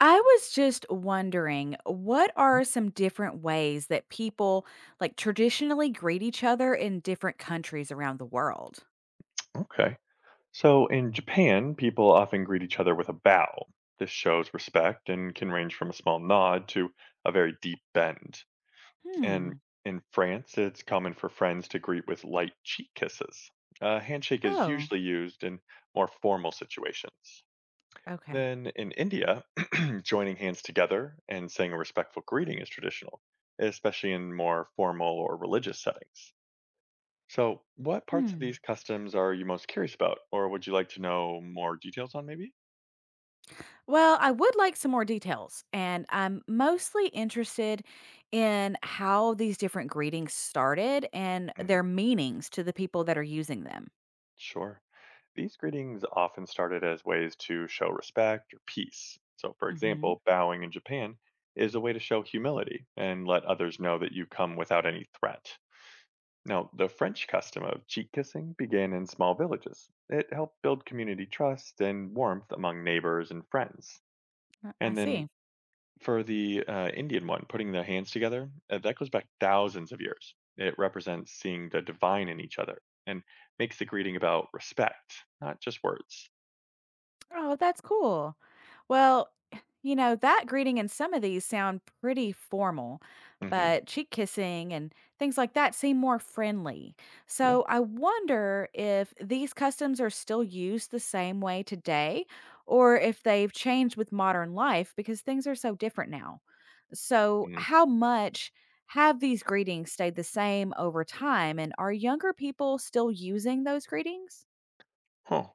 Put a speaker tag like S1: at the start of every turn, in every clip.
S1: I was just wondering, what
S2: Mm,
S1: are some different ways that people like traditionally greet each other in different countries around the world?
S2: okay. So in Japan, people often greet each other with a bow. This shows respect and can range from a small nod to a very deep bend. And
S1: Hmm.
S2: in France, it's common for friends to greet with light cheek kisses. A handshake is
S1: Oh,
S2: usually used in more formal situations.
S1: okay.
S2: Then in India, joining hands together and saying a respectful greeting is traditional, especially in more formal or religious settings. So, what parts of these
S1: Hmm.
S2: customs are you most curious about, or would you like to know more details on maybe?
S1: Well, I would like some more details, and I'm mostly interested in how these different greetings started and
S2: Mm,
S1: their meanings to the people that are using them.
S2: sure. These greetings often started as ways to show respect or peace. So, for
S1: Mhm.
S2: example, bowing in Japan is a way to show humility and let others know that you come without any threat. Now, the French custom of cheek kissing began in small villages. It helped build community trust and warmth among neighbors and friends.
S1: I
S2: And then
S1: see.
S2: for the Indian one, putting their hands together, that goes back thousands of years. It represents seeing the divine in each other and makes the greeting about respect, not just words.
S1: Oh, that's cool. Well, you know, that greeting and some of these sound pretty formal,
S2: Hmm.
S1: but cheek kissing and things like that seem more friendly.
S2: Yeah.
S1: So I wonder if these customs are still used the same way today or if they've changed with modern life because things are so different now. So,
S2: Mm.
S1: how much have these greetings stayed the same over time? And are younger people still using those greetings?
S2: Huh.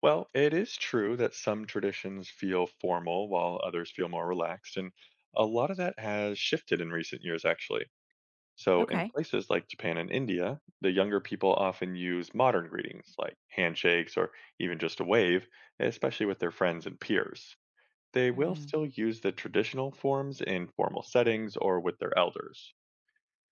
S2: Well, it is true that some traditions feel formal while others feel more relaxed, and a lot of that has shifted in recent years, actually. So, in
S1: Okay.
S2: places like Japan and India, the younger people often use modern greetings like handshakes or even just a wave, especially with their friends and peers. They will
S1: Mm,
S2: still use the traditional forms in formal settings or with their elders.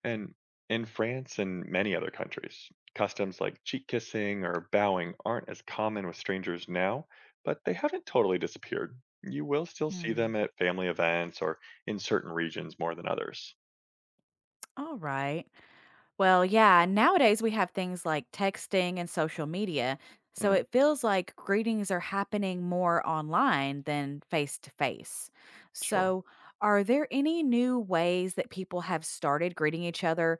S2: And in France and many other countries, customs like cheek kissing or bowing aren't as common with strangers now, but they haven't totally disappeared. You will still see them
S1: mm.
S2: at family events or in certain regions more than others.
S1: All right. Well, yeah, nowadays we have things like texting and social media. So
S2: Mm,
S1: it feels like greetings are happening more online than face to face.
S2: sure.
S1: So, are there any new ways that people have started greeting each other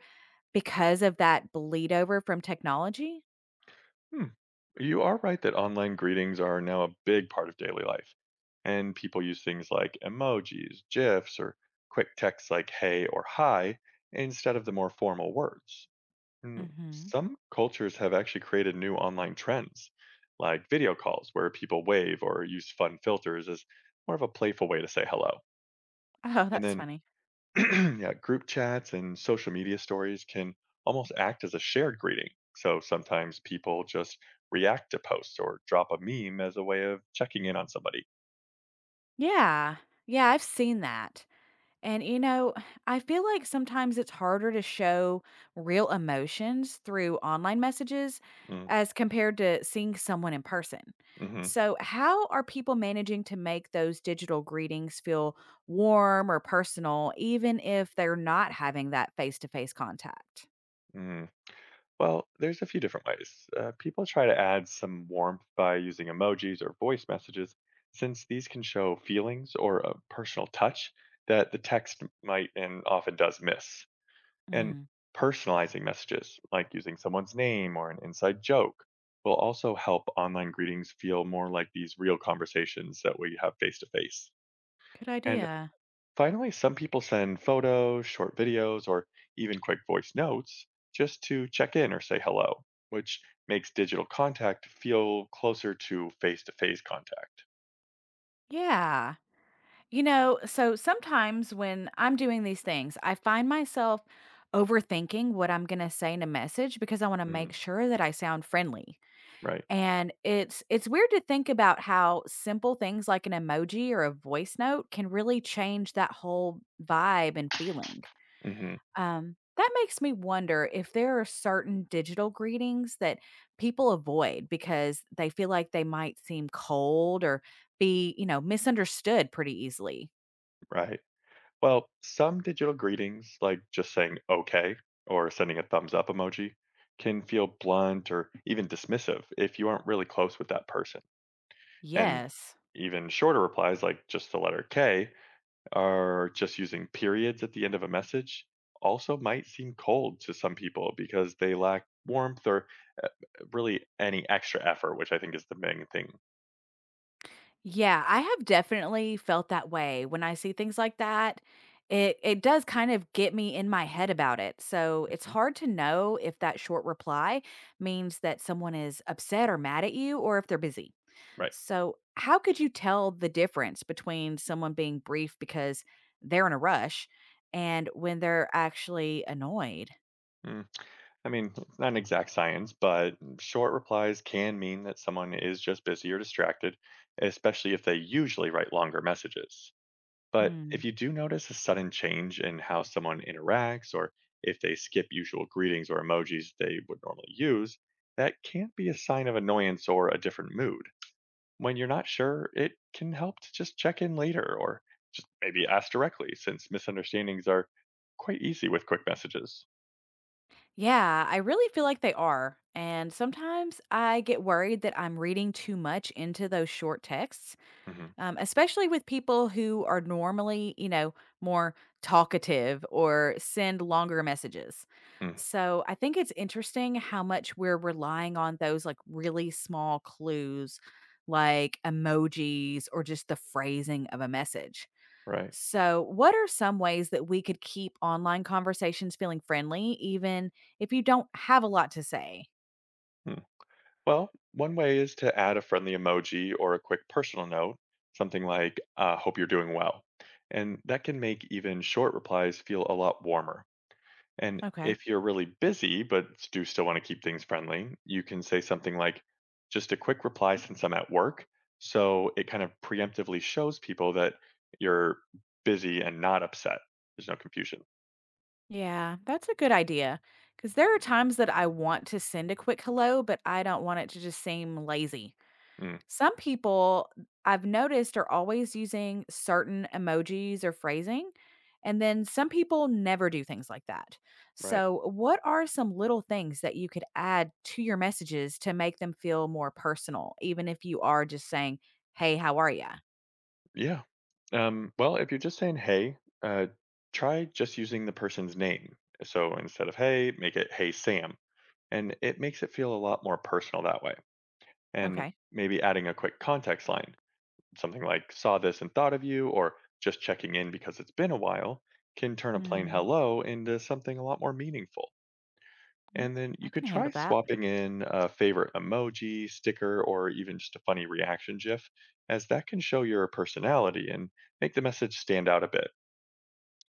S1: because of that bleed over from technology?
S2: Hmm. You are right that online greetings are now a big part of daily life, and people use things like emojis, GIFs, or quick texts like hey or hi instead of the more formal words.
S1: Hmm.
S2: Some cultures have actually created new online trends, like video calls where people wave or use fun filters as more of a playful way to say hello.
S1: Oh,
S2: And
S1: that's
S2: then
S1: funny.
S2: yeah, group chats and social media stories can almost act as a shared greeting. So sometimes people just react to posts or drop a meme as a way of checking in on somebody.
S1: Yeah. Yeah, I've seen that. And, you know, I feel like sometimes it's harder to show real emotions through online messages
S2: Mm.
S1: as compared to seeing someone in person.
S2: Mm-hmm.
S1: So, how are people managing to make those digital greetings feel warm or personal, even if they're not having that face to face contact?
S2: Mm. Well, there's a few different ways. People try to add some warmth by using emojis or voice messages, since these can show feelings or a personal touch that the text might and often does miss. And
S1: Mm,
S2: personalizing messages, like using someone's name or an inside joke, will also help online greetings feel more like these real conversations that we have face to face.
S1: good
S2: And
S1: idea.
S2: finally, some people send photos, short videos, or even quick voice notes just to check in or say hello, which makes digital contact feel closer to face contact.
S1: Yeah. You know, so sometimes when I'm doing these things, I find myself overthinking what I'm going to say in a message because I want to
S2: Mm,
S1: make sure that I sound friendly.
S2: right.
S1: And it's weird to think about how simple things like an emoji or a voice note can really change that whole vibe and feeling.
S2: Hmm.
S1: That makes me wonder if there are certain digital greetings that people avoid because they feel like they might seem cold or be, you know, misunderstood pretty easily.
S2: Right. Well, some digital greetings, like just saying okay or sending a thumbs up emoji, can feel blunt or even dismissive if you aren't really close with that person. And
S1: Yes.
S2: even shorter replies, like just the letter K, or just using periods at the end of a message, also might seem cold to some people because they lack warmth or uh, really any extra effort, which I think is the main thing.
S1: Yeah, I have definitely felt that way when I see things like that. It does kind of get me in my head about it. So, it's
S2: Mhm.
S1: hard to know if that short reply means that someone is upset or mad at you or if they're busy.
S2: Right.
S1: So, how could you tell the difference between someone being brief because they're in a rush and when they're actually annoyed?
S2: Hmm. I mean, it's not an exact science, but short replies can mean that someone is just busy or distracted, especially if they usually write longer messages. But
S1: Hmm.
S2: if you do notice a sudden change in how someone interacts, or if they skip usual greetings or emojis they would normally use, that can be a sign of annoyance or a different mood. When you're not sure, it can help to just check in later or just maybe ask directly, since misunderstandings are quite easy with quick messages.
S1: Yeah, I really feel like they are. And sometimes I get worried that I'm reading too much into those short texts,
S2: Hmm.
S1: especially with people who are normally, you know, more talkative or send longer messages. So I think it's interesting how much we're relying on those like really small clues, like emojis or just the phrasing of a message.
S2: Right.
S1: So, what are some ways that we could keep online conversations feeling friendly, even if you don't have a lot to say?
S2: Hmm. Well, one way is to add a friendly emoji or a quick personal note, something like, hope you're doing well. And that can make even short replies feel a lot warmer. And
S1: Okay.
S2: if you're really busy, but do still want to keep things friendly, you can say something like, just a quick reply since I'm at work. So it kind of preemptively shows people that you're busy and not upset. There's no confusion.
S1: Yeah, that's a good idea. Because there are times that I want to send a quick hello, but I don't want it to just seem lazy.
S2: Mm,
S1: Some people I've noticed are always using certain emojis or phrasing, and then some people never do things like that.
S2: right.
S1: So, what are some little things that you could add to your messages to make them feel more personal, even if you are just saying, "Hey, how are you?"
S2: Yeah. Well, if you're just saying hey, uh, try just using the person's name. So instead of hey, make it hey Sam. And it makes it feel a lot more personal that way. And
S1: Okay.
S2: maybe adding a quick context line, something like saw this and thought of you, or just checking in because it's been a while, can turn a plain
S1: Mm,
S2: hello into something a lot more meaningful.
S1: mm,
S2: And then
S1: I
S2: you could
S1: can
S2: try
S1: handle that.
S2: swapping in a favorite emoji, sticker, or even just a funny reaction GIF, as that can show your personality and make the message stand out a bit.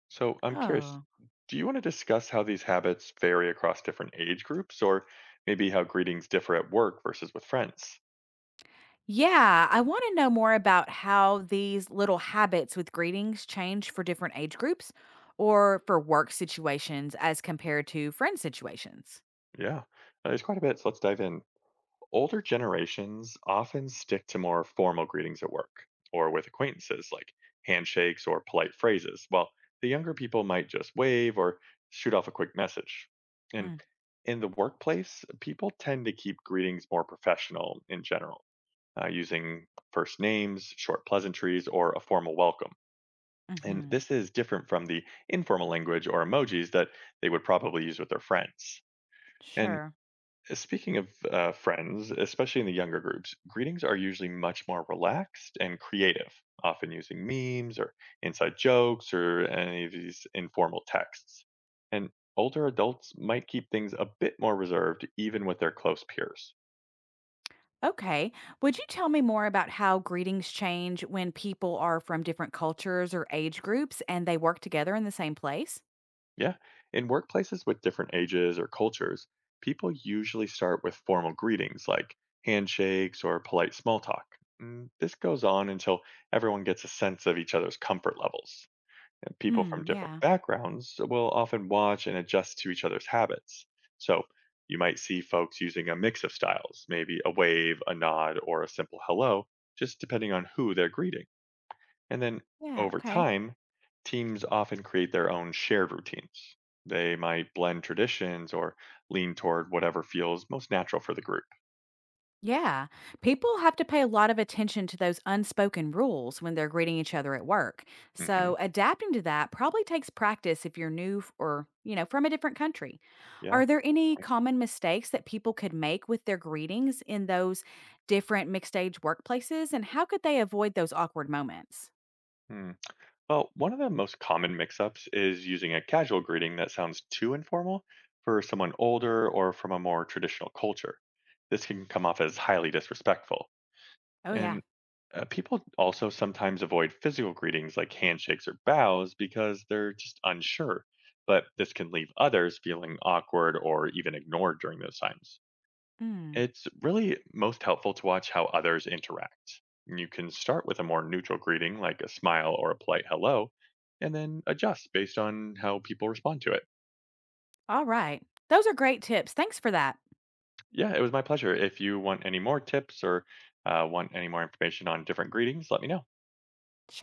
S2: So I'm curious,
S1: Oh.
S2: do you want to discuss how these habits vary across different age groups, or maybe how greetings differ at work versus with friends?
S1: Yeah, I want to know more about how these little habits with greetings change for different age groups or for work situations as compared to friend situations.
S2: Yeah, there's quite a bit, so let's dive in. Older generations often stick to more formal greetings at work or with acquaintances like handshakes or polite phrases, while the younger people might just wave or shoot off a quick message. And
S1: Mm.
S2: in the workplace, people tend to keep greetings more professional in general, using first names, short pleasantries, or a formal welcome. And
S1: Mm-hmm.
S2: this is different from the informal language or emojis that they would probably use with their friends. And
S1: Sure.
S2: speaking of friends, especially in the younger groups, greetings are usually much more relaxed and creative, often using memes or inside jokes or any of these informal texts. And older adults might keep things a bit more reserved, even with their close peers.
S1: Okay. Would you tell me more about how greetings change when people are from different cultures or age groups and they work together in the same place?
S2: Yeah, in workplaces with different ages or cultures, people usually start with formal greetings like handshakes or polite small talk. This goes on until everyone gets a sense of each other's comfort levels. And people from
S1: Hmm.
S2: different
S1: Yeah.
S2: backgrounds will often watch and adjust to each other's habits. So you might see folks using a mix of styles, maybe a wave, a nod, or a simple hello, just depending on who they're greeting. And then
S1: Yeah.
S2: over
S1: Okay.
S2: time, teams often create their own shared routines. They might blend traditions or lean toward whatever feels most natural for the group.
S1: Yeah. People have to pay a lot of attention to those unspoken rules when they're greeting each other at work.
S2: Hmm.
S1: So, adapting to that probably takes practice if you're or, you know, from a different country.
S2: Yeah.
S1: Are there any common mistakes that people could make with their greetings in those different mixed age workplaces? And how could they avoid those awkward moments?
S2: Hmm. Well, one of the most common mix ups is using a casual greeting that sounds too informal for someone older or from a more traditional culture. This can come off as highly disrespectful.
S1: Oh, yeah.
S2: And people also sometimes avoid physical greetings like handshakes or bows because they're just unsure. But this can leave others feeling awkward or even ignored during those times.
S1: Mm.
S2: It's really most helpful to watch how others interact. You can start with a more neutral greeting like a smile or a polite hello, and then adjust based on how people respond to it.
S1: All right. Those are great tips. Thanks for that.
S2: Yeah, it was my pleasure. If you want any more tips or want any more information on different greetings, let me know.
S1: Sure.